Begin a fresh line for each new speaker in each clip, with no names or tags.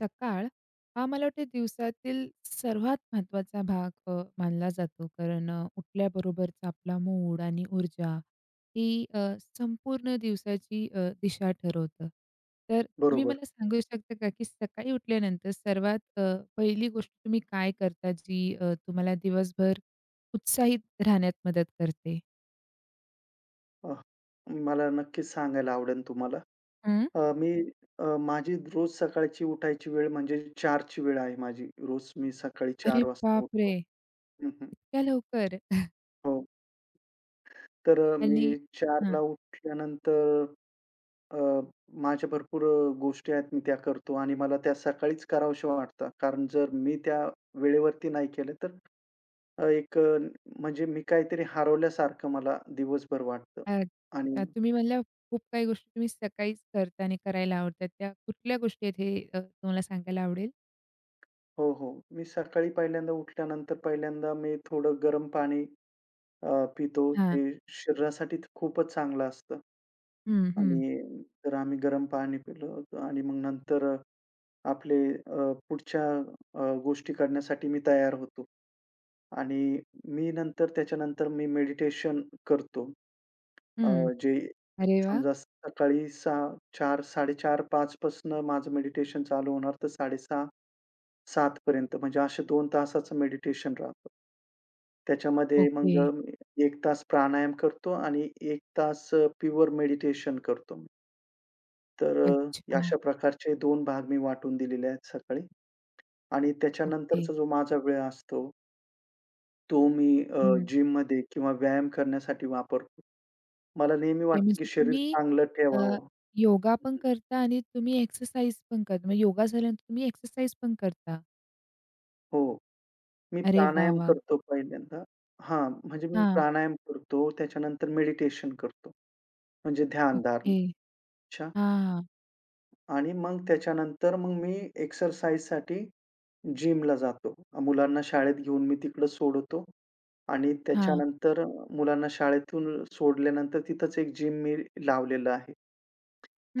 सकाळ हा मला वाटतं दिवसातील सर्वात महत्त्वाचा भाग मानला जातो. कारण उठल्याबरोबरचा आपला मूड आणि ऊर्जा ही संपूर्ण दिवसाची दिशा ठरवतं. तर तुम्ही
बरोबर.
मला सांगू शकता का, की सकाळी उठल्यानंतर सर्वात पहिली गोष्ट तुम्ही काय करता जी तुम्हाला दिवसभर उत्साहित राहण्यात मदत करते?
अ, मला नक्कीच सांगायला आवडेल तुम्हाला.
हं.
मी माझी रोज सकाळची उठायची वेळ म्हणजे 4 ची वेळ आहे माझी. रोज मी सकाळी
अरे
चार हो. वाजता
बापरे!
उठतो. हं, हं.
इतक्या लवकर
हो. तर
आणि
मी 4 ला उठल्यानंतर अ, माझ्या भरपूर गोष्टी आहेत मी त्या करतो आणि मला त्या सकाळीच कराव्याशा वाटतात. कारण जर मी त्या वेळेवरती नाही केलं तर अ, एक अ, म्हणजे मी काहीतरी हरवल्यासारखं मला दिवसभर वाटतं
अ,
आणि
तुम्ही म्हणल्या खूप काही गोष्टी तुम्ही सकाळीच करता आणि करायला आवडतात. त्या कुठल्या गोष्टी आहेत हे तुम्हाला सांगायला आवडेल?
हो, हो. मी सकाळी पहिल्यांदा उठल्यानंतर पहिल्यांदा मी थोडं गरम पाणी अ, पितो.
हां.
ते शरीरासाठी तर खूपच चांगलं असतं
हं, हं,
आणि तर आम्ही गरम पाणी पिलं होतं आणि मग नंतर आपले पुढच्या गोष्टी करण्यासाठी मी तयार होतो. आणि मी नंतर त्याच्यानंतर मी मेडिटेशन करतो. अ,
हं.
जे
अरे वाह!
समजा सकाळी 6 4 4:30-5 पासनं माझं मेडिटेशन चालू होणार तर 6:30 7 पर्यंत म्हणजे असे दोन तासाचं मेडिटेशन राहतं. त्याच्यामध्ये
ओके.
मग मी 1 तास प्राणायाम करतो आणि एक तास प्युअर मेडिटेशन करतो मी. तर
अच्छा.
अशा प्रकारचे दोन भाग मी वाटून दिलेले आहेत सकाळी आणि
ओके.
त्याच्यानंतरचा जो माझा वेळ असतो, तो मी
हं.
जिममध्ये किंवा व्यायाम करण्यासाठी वापरतो. मला नेहमी
ते
वाटतं, की
म्हणजे
शरीर
तुम्ही
चांगलं
अ,
ठेवावं.
योगा पण करता आणि तुम्ही एक्सरसाइज पण करता. म्हणजे योगा झाल्यानंतर तुम्ही एक्सरसाइज पण करता.
हो, मी
अरे वाह!
प्राणायाम
वाह!
करतो पहिल्यांदा. हां, म्हणजे मी
हां.
प्राणायाम करतो, त्याच्यानंतर मेडिटेशन करतो. म्हणजे ध्यान धारणा.
ओके.
अच्छा
हां, हां.
आणि मग त्याच्यानंतर मग मी एक्सरसाइजसाठी जिमला जातो. मुलांना शाळेत घेऊन मी तिकडं सोडवतो आणि
हां.
त्याच्यानंतर मुलांना शाळेतून सोडल्यानंतर तिथंच एक जिम मी लावलेलं आहे.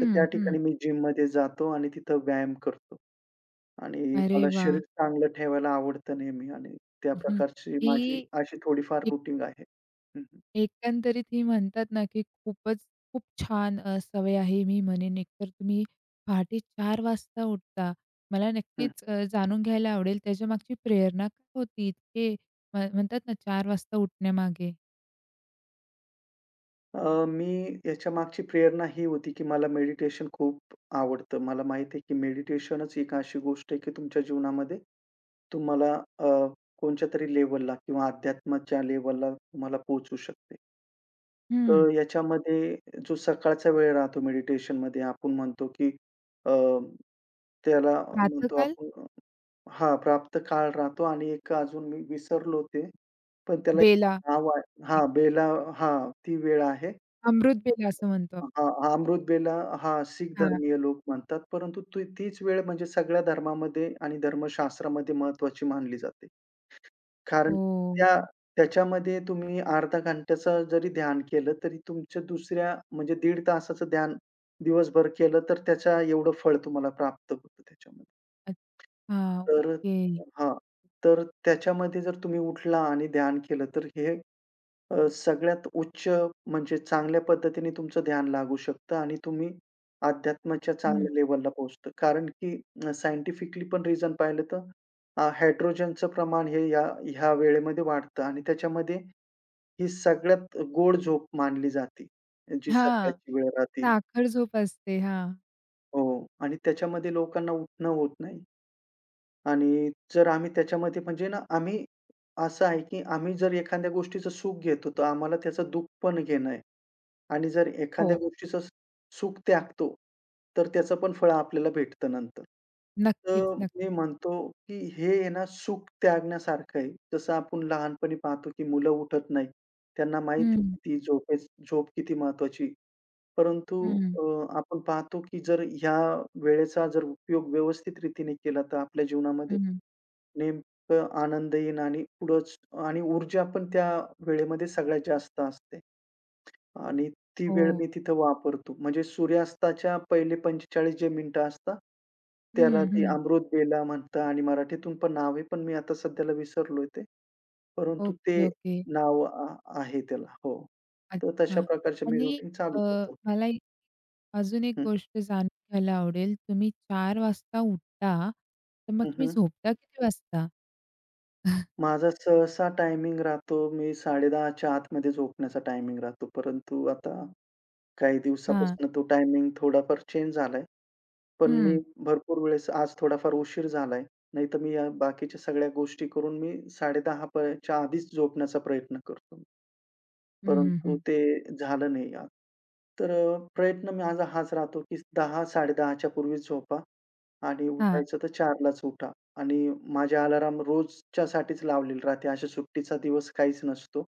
तर त्या
हं.
ठिकाणी मी जिममध्ये जातो आणि तिथं व्यायाम करतो आणि
अरे
मला शरीर
वाह!
चांगलं ठेवायला आवडतं नेहमी आणि त्या
हं.
प्रकारची
ही
माझी अशी थोडीफार रुटीन आहे. हं.
एकंदरीत ही म्हणतात ना, की खूपच खूप छान सवय आहे. मी म्हणेन एकतर तुम्ही पहाटे 4:00 वाजता उठता. मला
हं,
नक्कीच जाणून घ्यायला आवडेल त्याच्यामागची प्रेरणा काय होती? इतके म्हणतात ना 4 वाजता उठण्यामागे?
मी याच्यामागची प्रेरणा ही होती, की मला मेडिटेशन खूप आवडतं. मला माहिती आहे, की मेडिटेशनच एक अशी गोष्ट आहे, की तुमच्या जीवनामध्ये तुम्हाला अ, कोणत्यातरी लेव्हलला किंवा अध्यात्माच्या लेव्हलला तुम्हाला पोहोचू शकते.
हं.
तर याच्यामध्ये जो सकाळचा वेळ राहतो मेडिटेशनमध्ये आपण म्हणतो, की अ, त्याला म्हणतो
प्रातःकाल
आपण. हां, प्राप्त काळ राहतो आणि एक अजून मी विसरलो ते, पण त्याला
बेला
एक नाव आहे
एक
हां, बेला हां, ती वेळ आहे.
अमृत बेला असं म्हणतो आपण.
हां, हां, अमृत बेला हां, शीख
हां.
धर्मीय लोक म्हणतात. परंतु ती तीच वेळ म्हणजे सगळ्या धर्मामध्ये आणि धर्मशास्त्रामध्ये महत्त्वाची मानली जाते. कारण
हो.
त्या त्याच्यामध्ये तुम्ही अर्धा घंट्याचं जरी ध्यान केलं, तरी तुमच्या दुसऱ्या म्हणजे दीड तासाचं ध्यान दिवसभर केलं, तर त्याच्या एवढं फळ तुम्हाला प्राप्त होतं त्याच्यामध्ये.
अच्छा.
तर
ओके.
हां, तर त्याच्यामध्ये जर तुम्ही उठला आणि ध्यान केलं, तर हे सगळ्यात उच्च म्हणजे चांगल्या पद्धतीने तुमचं ध्यान लागू शकतं आणि तुम्ही अध्यात्माच्या
हं.
चांगल्या लेव्हलला पोहोचता. कारण की सायंटिफिकली पण रिझन पाहिलं तर हायड्रोजनचं प्रमाण हे ह्या वेळेमध्ये वाढतं आणि त्याच्यामध्ये ही सगळ्यात गोड झोप मानली जाते, जी
हां.
सकाळची वेळ राहते.
साखर झोप असते. हां.
हो आणि त्याच्यामध्ये लोकांना उठणं होत नाही आणि जर आम्ही त्याच्यामध्ये म्हणजे ना आम्ही असं आहे की आम्ही जर एखाद्या गोष्टीचं सुख घेतो, तर आम्हाला त्याचं दुःख पण घेणं आहे. आणि जर एखाद्या
हो.
गोष्टीचं सुख त्यागतो, तर त्याचं पण फळ आपल्याला भेटतं नंतर.
नक्कीच,
तर
नक्कीच.
मी म्हणतो, की हे आहे ना सुख त्यागण्यासारखं आहे. जसं आपण लहानपणी पाहतो, की मुलं उठत नाही. त्यांना माहीत आहे,
हं.
की ती झोप किती महत्त्वाची आहे. परंतु
हं.
अ, आपण पाहतो, की जर ह्या वेळेचा जर उपयोग व्यवस्थित रीतीने केला, तर आपल्या जीवनामध्ये
हं.
नेमकं आनंद येईन आणि पुढंच आणि ऊर्जा पण त्या वेळेमध्ये सगळ्यात जास्त असते. आणि ती वेळ
हो.
मी तिथं वापरतो. म्हणजे सूर्यास्ताच्या पहिले 45 जे मिनिटं असतात, त्याला
हं,
ती
हं.
अमृत बेला म्हणतात आणि मराठीतून पण नाव आहे, पण मी आता सध्याला विसरलोय ते. परंतु
ओके,
ते
ओके.
नाव आहे त्याला. हो. तर
अच्छा.
तशा प्रकारचे मी
आणि
रुटीन चालू
अ,
करतो.
मला एक अजून एक
हं,
गोष्ट जाणून घ्यायला आवडेल. तुम्ही 4 वाजता उठता, तर मग
हं,
तुम्ही
हं.
झोपता किती वाजता?
माझा सहसा टायमिंग राहतो, मी 10:30 आतमध्ये झोपण्याचा टायमिंग राहतो. परंतु आता काही
हां.
दिवसापासून तो टायमिंग थोडाफार चेंज झालाय. पण मी
हं.
भरपूर वेळेस आज थोडाफार उशीर झालाय. नाहीतर मी या बाकीच्या सगळ्या गोष्टी करून मी 10:30 पर्यंतच्या आधीच झोपण्याचा प्रयत्न करतो.
हं, हं, हं.
परंतु ते झालं नाही आज. तर प्रयत्न माझा हाच राहतो, की 10 10:30 च्या पूर्वीच झोपा आणि
हां.
उठायचं तर 4:00लाच उठा आणि माझे अलार्म रोजच्यासाठीच लावलेली राहते. अशा सुट्टीचा दिवस काहीच नसतो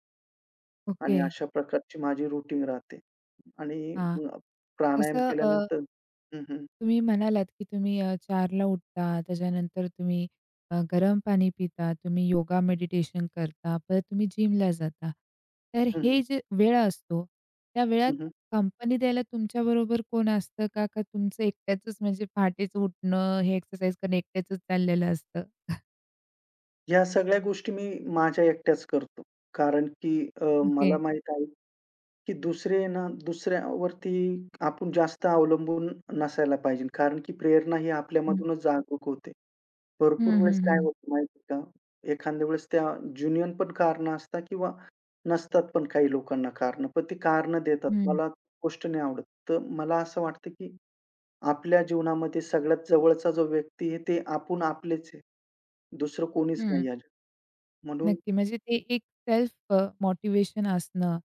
ओके.
आणि अशा प्रकारची माझी रुटीन राहते आणि
हां.
अ, प्राणायाम
तसं
केल्यानंतर हं, हं.
तुम्ही म्हणालात, की तुम्ही 4ला उठता, त्याच्यानंतर तुम्ही गरम पाणी पिता, तुम्ही योगा मेडिटेशन करता, परत तुम्ही जिमला जाता. तर
हं,
हे
हं.
जे वेळ असतो, त्या वेळात
हं, हं.
कंपनी द्यायला तुमच्याबरोबर कोण असतं का? का तुमचं एकट्याचंच म्हणजे पहाटेच उठणं, हे एक्सरसाइज करणं एकट्याचंच चाललेलं असतं?
या सगळ्या गोष्टी मी माझ्या एकट्याच करतो. कारण की
ओके.
मला माहीत आहे, की दुसरे ना दुसऱ्यावरती आपण जास्त अवलंबून नसायला पाहिजे. कारण की प्रेरणा ही
हं.
आपल्यामधूनच जागरूक होते. भरपूर
हं, हं,
वेळेस काय
हं.
होतं माहिती आहे का? एखाद्या वेळेस त्या जुनियन पण कारणं असतात किंवा नसतात पण काही लोकांना कारणं. पण ती कारणं देतात.
हं,
मला गोष्ट नाही आवडत. तर मला असं वाटतं, की आपल्या जीवनामध्ये सगळ्यात जवळचा जो व्यक्ती आहे, ते आपण आपलेच आहे. दुसरं कोणीच नाही आहे. म्हणून
नक्की. म्हणजे ते एक सेल्फ असणं,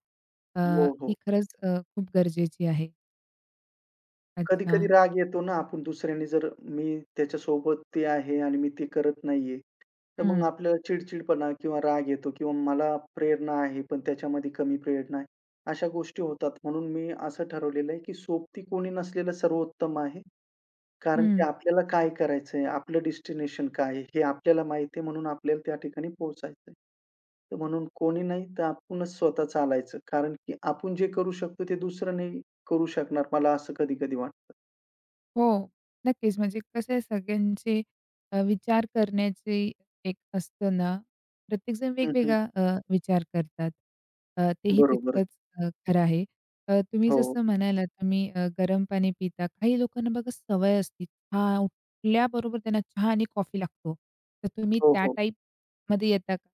अ,
हो,
ही
हो.
खरंच खूप गरजेची आहे. अच्छा.
कधी-कधी राग येतो ना, आपण दुसऱ्याने जर मी त्याच्यासोबत ते आहे आणि मी ते करत नाहीये, तर मग
हं.
आपल्याला चिडचिडपणा किंवा राग येतो किंवा मला प्रेरणा आहे, पण त्याच्यामध्ये कमी प्रेरणा आहे. अशा गोष्टी होतात. म्हणून मी असं ठरवलेलं आहे, की सोबती कोणी नसलेलं सर्वोत्तम आहे. कारण की
हं.
आपल्याला काय करायचंय, आपलं डेस्टिनेशन काय आहे, हे आपल्याला माहिती आहे म्हणून आपल्याला त्या ठिकाणी पोहोचायचंय. तर म्हणून कोणी नाही तर आपणच स्वतः चालायचं. कारण की आपण जे करू शकतो ते दुसरं नाही करू शकणार, मला असं कधी-कधी वाटतं.
हो, नक्कीच. म्हणजे कसं आहे सगळ्यांचे विचार करण्याची एक असतं ना, प्रत्येकजण
हं, हं.
वेगवेगळा विचार करतात. तेही
बरोबरच.
तितकंच खरं आहे. तुम्ही
हो,
जसं म्हणालात तुम्ही गरम पाणी पिता. काही लोकांना बघा सवय असते चहा उठल्याबरोबर त्यांना चहा आणि कॉफी लागतो. तर तुम्ही
हो,
त्या
हो.
टाइपमध्ये येता का?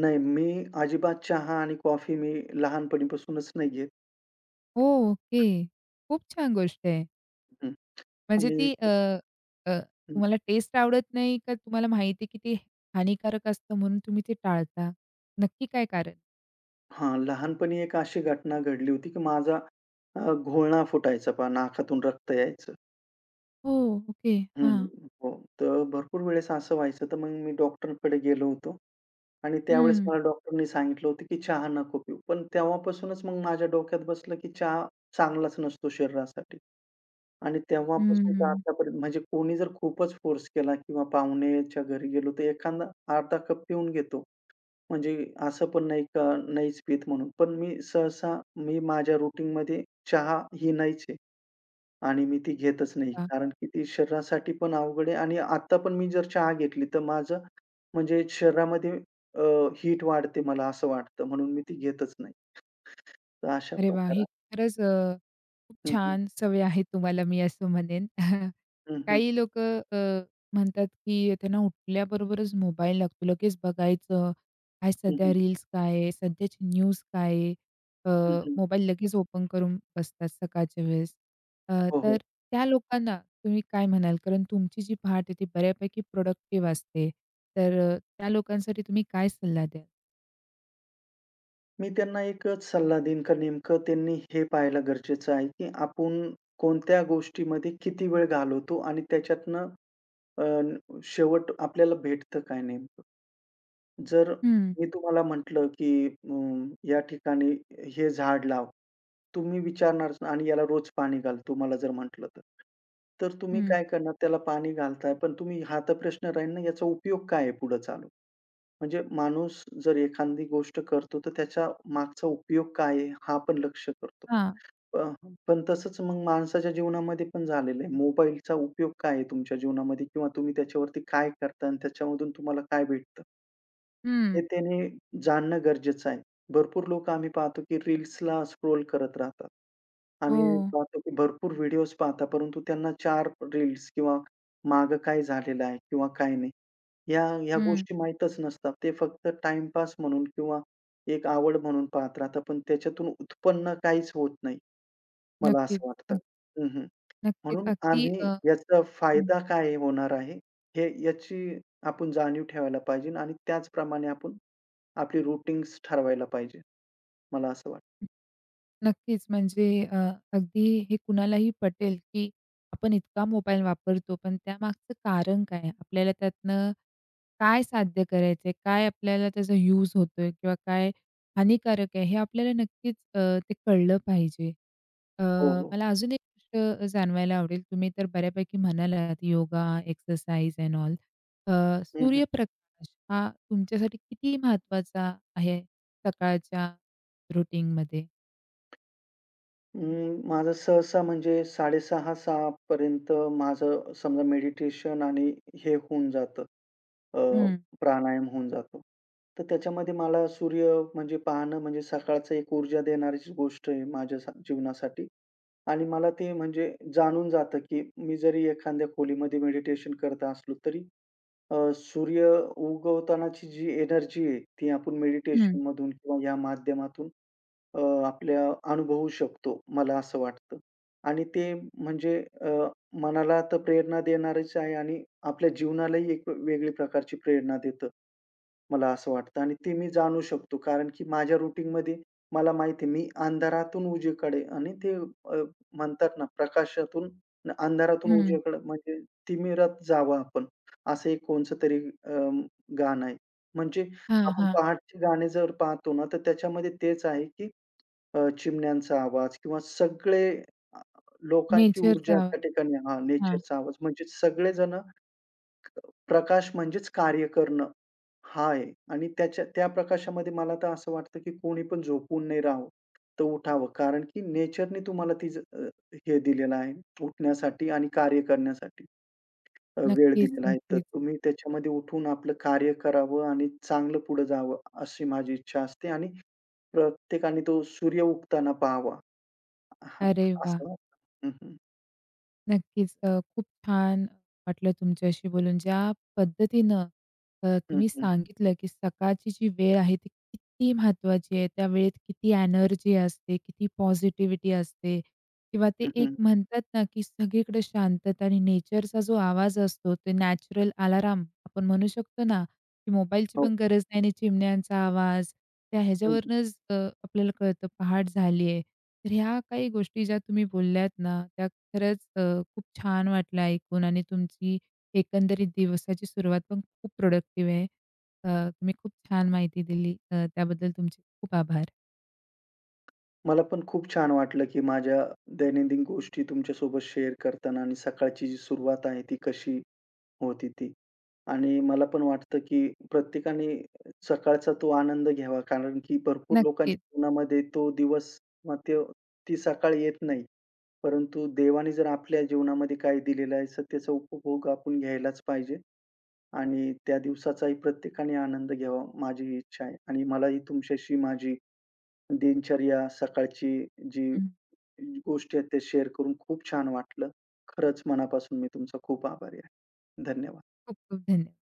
नाही मी अजिबात चहा आणि कॉफी मी लहानपणीपासूनच नाही घेत.
ओह! ओके. खूप छान गोष्ट आहे.
हं.
म्हणजे
आणि
ती अ, अ,
हं,
तुम्हाला टेस्ट आवडत नाही का तुम्हाला माहिती आहे, की ते हानिकारक असतं म्हणून तुम्ही ते टाळता? नक्की काय कारण?
लहानपणी एक अशी घटना घडली होती की माझा घोळणा फुटायचा पहा नाकातून रक्त यायचं.
हो, ओके.
हं.
हां.
हो. तर भरपूर वेळेस असं व्हायचं, तर मग मी डॉक्टरकडे गेलो होतो आणि त्यावेळेस
हं,
मला डॉक्टरनी सांगितलं होतं, की चहा नको पिऊ. पण तेव्हापासूनच मग माझ्या डोक्यात बसलं, की चहा चांगलाच नसतो शरीरासाठी आणि तेव्हापासून तर
हं,
आतापर्यंत म्हणजे कोणी जर खूपच फोर्स केला किंवा पाहुण्याच्या घरी गेलो, तर एखादा अर्धा कप पिऊन घेतो. म्हणजे असं पण नाही का नाहीच पीत म्हणून. पण मी सहसा माझ्या रुटीनमध्ये चहा ही नाहीच आहे. आणि मी ती घेतच नाही.
हं.
कारण की ती शरीरासाठी पण अवघड आहे आणि आता पण मी जर चहा घेतली, तर माझं म्हणजे शरीरामध्ये अ, हीट वाढते मला असं वाटतं. म्हणून मी ती घेतच नाही. तर अशा
अरे वाह! ही
प्रकारे
खरंच खूप
हं, हं.
छान सवय आहे तुम्हाला मी असं म्हणेन.
हं, हं.
काही लोकं म्हणतात, की त्यांना उठल्याबरोबरच मोबाईल लागतो. लगेच बघायचं. आज
हं,
सध्या
हं.
रील्स काय आहे? सध्याची न्यूज काय आहे? अ,
हं, हं.
मोबाईल लगेच ओपन करून बसतात सकाळच्या वेळेस. अ,
हो,
तर
हो.
त्या लोकांना तुम्ही काय म्हणाल? कारण तुमची जी पहाट आहे ती बऱ्यापैकी प्रोडक्टिव्ह असते. तर त्या लोकांसाठी तुम्ही काय सल्ला द्याल?
मी त्यांना एकच सल्ला देईन का नेमकं त्यांनी हे पाहायलं गरजेचं आहे, की आपण कोणत्या गोष्टीमध्ये किती वेळ घालवतो आणि त्याच्यातनं अ, शेवट आपल्याला भेटतं काय नेमकं? जर
हं,
मी तुम्हाला म्हटलं, की या ठिकाणी हे झाड लाव. तुम्ही विचारणारच आणि याला रोज पाणी घाल तुम्हाला जर म्हटलं तर. तर तुम्ही
हं.
काय करणार त्याला पाणी घालताय, पण तुम्ही हा तर प्रश्न राहील ना याचा उपयोग काय आहे पुढे चालून? म्हणजे माणूस जर एखादी गोष्ट करतो, तर त्याच्या मागचा उपयोग काय आहे? हा पण लक्ष करतो.
हां.
प पण तसंच मग माणसाच्या जीवनामध्ये पण झालेलं आहे. मोबाईलचा उपयोग काय आहे तुमच्या जीवनामध्ये? किंवा तुम्ही त्याच्यावरती काय करता आणि त्याच्यामधून तुम्हाला काय भेटतं? हे
हं.
त्याने जाणणं गरजेचं आहे. भरपूर लोकं आम्ही पाहतो, की रील्सला स्क्रोल करत राहतात.
हो.
आम्ही पाहतो, की भरपूर व्हिडिओज पाहतात, परंतु त्यांना 4 रील्स किंवा मागं काय झालेलं आहे किंवा काय नाही ह्या ह्या
हं.
गोष्टी माहीतच नसतात. ते फक्त टाईमपास म्हणून किंवा एक आवड म्हणून पाहत राहतात. पण त्याच्यातून उत्पन्न काहीच होत नाही, मला
नक्कीच.
असं वाटतं.
अग
हं, हं.
नक्कीच.
म्हणून
अगदी अ,
आम्ही याचा
हं.
फायदा काय होणार आहे, हे याची आपण जाणीव ठेवायला पाहिजे आणि त्याचप्रमाणे आपण आपली रूटीन्स ठरवायला पाहिजे, मला असं वाटतं.
नक्कीच. म्हणजे अ, अगदी हे कुणालाही पटेल, की आपण इतका मोबाईल वापरतो, पण त्यामागचं कारण काय? आपल्याला त्यातनं काय साध्य करायचं काय आपल्याला त्याचा यूज होतोय किंवा काय हानिकारक आहे? हे आपल्याला नक्कीच ते कळलं पाहिजे. अ,
हो, हो.
मला अजून एक गोष्ट जाणवायला आवडेल. तुम्ही तर बऱ्यापैकी म्हणालात योगा, एक्सरसाइज एंड ऑल. अ,
हं, हं.
सूर्यप्रकाश हा तुमच्यासाठी किती महत्त्वाचा आहे सकाळच्या रूटीनमध्ये?
माझं सहसा म्हणजे 6:30-6:00 पर्यंत माझं समजा मेडिटेशन आणि हे होऊन जातं, अ,
हं,
प्राणायाम होऊन जातो. तर त्याच्यामध्ये मला सूर्य म्हणजे पाहणं म्हणजे सकाळचं एक ऊर्जा देणारीच गोष्ट आहे माझ्या सा जीवनासाठी आणि मला ते म्हणजे जाणून जातं, की मी जरी एखाद्या खोलीमध्ये मेडिटेशन करत असलो तरी सूर्य उगवतानाची जी एनर्जी आहे ती आपण
हं,
मेडिटेशनमधून किंवा या माध्यमातून अ, आपल्या अनुभवू शकतो, मला असं वाटतं. आणि ते म्हणजे अ, मनाला तर प्रेरणा देणारच आहे आणि आपल्या जीवनालाही एक वेगळी प्रकारची प्रेरणा देतं, मला असं वाटतं. आणि ते मी जाणू शकतो कारण की माझ्या रूटीनमध्ये मला माहिती आहे, मी अंधारातून उजेकडे आणि ते म्हणतात ना प्रकाशातून अंधारातून
हं.
उजेकडे म्हणजे तिमिरात जावं आपण, असं एक कोणचं तरी अ, गाणं आहे. म्हणजे
हां,
आपण
हां.
पहाटची गाणी जर पाहतो ना, तर त्याच्यामध्ये तेच आहे की चिमण्यांचा आवाज किंवा सगळे अ, लोकांची ऊर्जा
नेचरचा आवाज.
त्या ठिकाणी हां,
हां.
नेचरचा आवाज म्हणजे सगळेजण प्रकाश म्हणजेच कार्य करणं हा आहे आणि त्याच्या त्या प्रकाशामध्ये मला तर असं वाटतं, की कोणी पण झोपून नाही राहावं, तर उठावं. कारण की नेचरनी तुम्हाला ती हे दिलेलं आहे उठण्यासाठी आणि कार्य करण्यासाठी वेळ
नक्कीच,
दिलेला आहे. तर
नक्कीच.
तुम्ही त्याच्यामध्ये उठून आपलं कार्य करावं आणि चांगलं पुढे जावं, अशी माझी इच्छा असते आणि प्रत्येकाने तो सूर्य उगताना पाहावा. हां,
अरे वाह!
असं वाटतं. हं, हं.
नक्कीच. खूप छान वाटलं तुमच्याशी बोलून. ज्या पद्धतीनं
हं,
तुम्ही
हं.
सांगितलं, की सकाळची जी वेळ आहे ती किती महत्त्वाची आहे. त्या वेळेत किती एनर्जी असते, किती पॉझिटिव्हिटी असते किंवा ते
हं,
एक
हं.
म्हणतात ना, की सगळीकडे शांतता आणि नेचरचा जो आवाज असतो, ते नॅचरल अलाराम आपण म्हणू शकतो ना, की मोबाईलची
हो.
पण गरज नाही आणि चिमण्यांचा आवाज, त्या
हं, हं.
ह्याच्यावरूनच आपल्याला कळतं पहाट झाली आहे. तर ह्या काही गोष्टी ज्या तुम्ही बोलल्यात ना, त्या खरंच खूप छान वाटलं ऐकून आणि तुमची एकंदरीत दिवसाची सुरुवात पण खूप प्रोडक्टिव्ह आहे. तुम्ही खूप छान माहिती दिली. त्याबद्दल तुमचे खूप आभार.
मला पण खूप छान वाटलं, की माझ्या दैनंदिन गोष्टी तुमच्यासोबत शेअर करताना आणि सकाळची जी सुरुवात आहे ती कशी होती ती. आणि मला पण वाटतं, की प्रत्येकाने सकाळचा तो आनंद घ्यावा कारण की भरपूर
नक्कीच.
लोकांच्या जीवनामध्ये तो दिवस किंवा ती सकाळ येत नाही. परंतु देवाने जर आपल्या जीवनामध्ये काय दिलेलं आहे, तर त्याचा उपभोग आपण घ्यायलाच पाहिजे. आणि त्या दिवसाचाही प्रत्येकाने आनंद घ्यावा माझी इच्छा आहे आणि मलाही तुमच्याशी माझी दिनचर्या, सकाळची जी
हं.
गोष्टी आहेत त्या शेअर करून खूप छान वाटलं. खरंच मनापासून मी तुमचा खूप आभारी आहे. धन्यवाद.
खूप खूप धन्यवाद.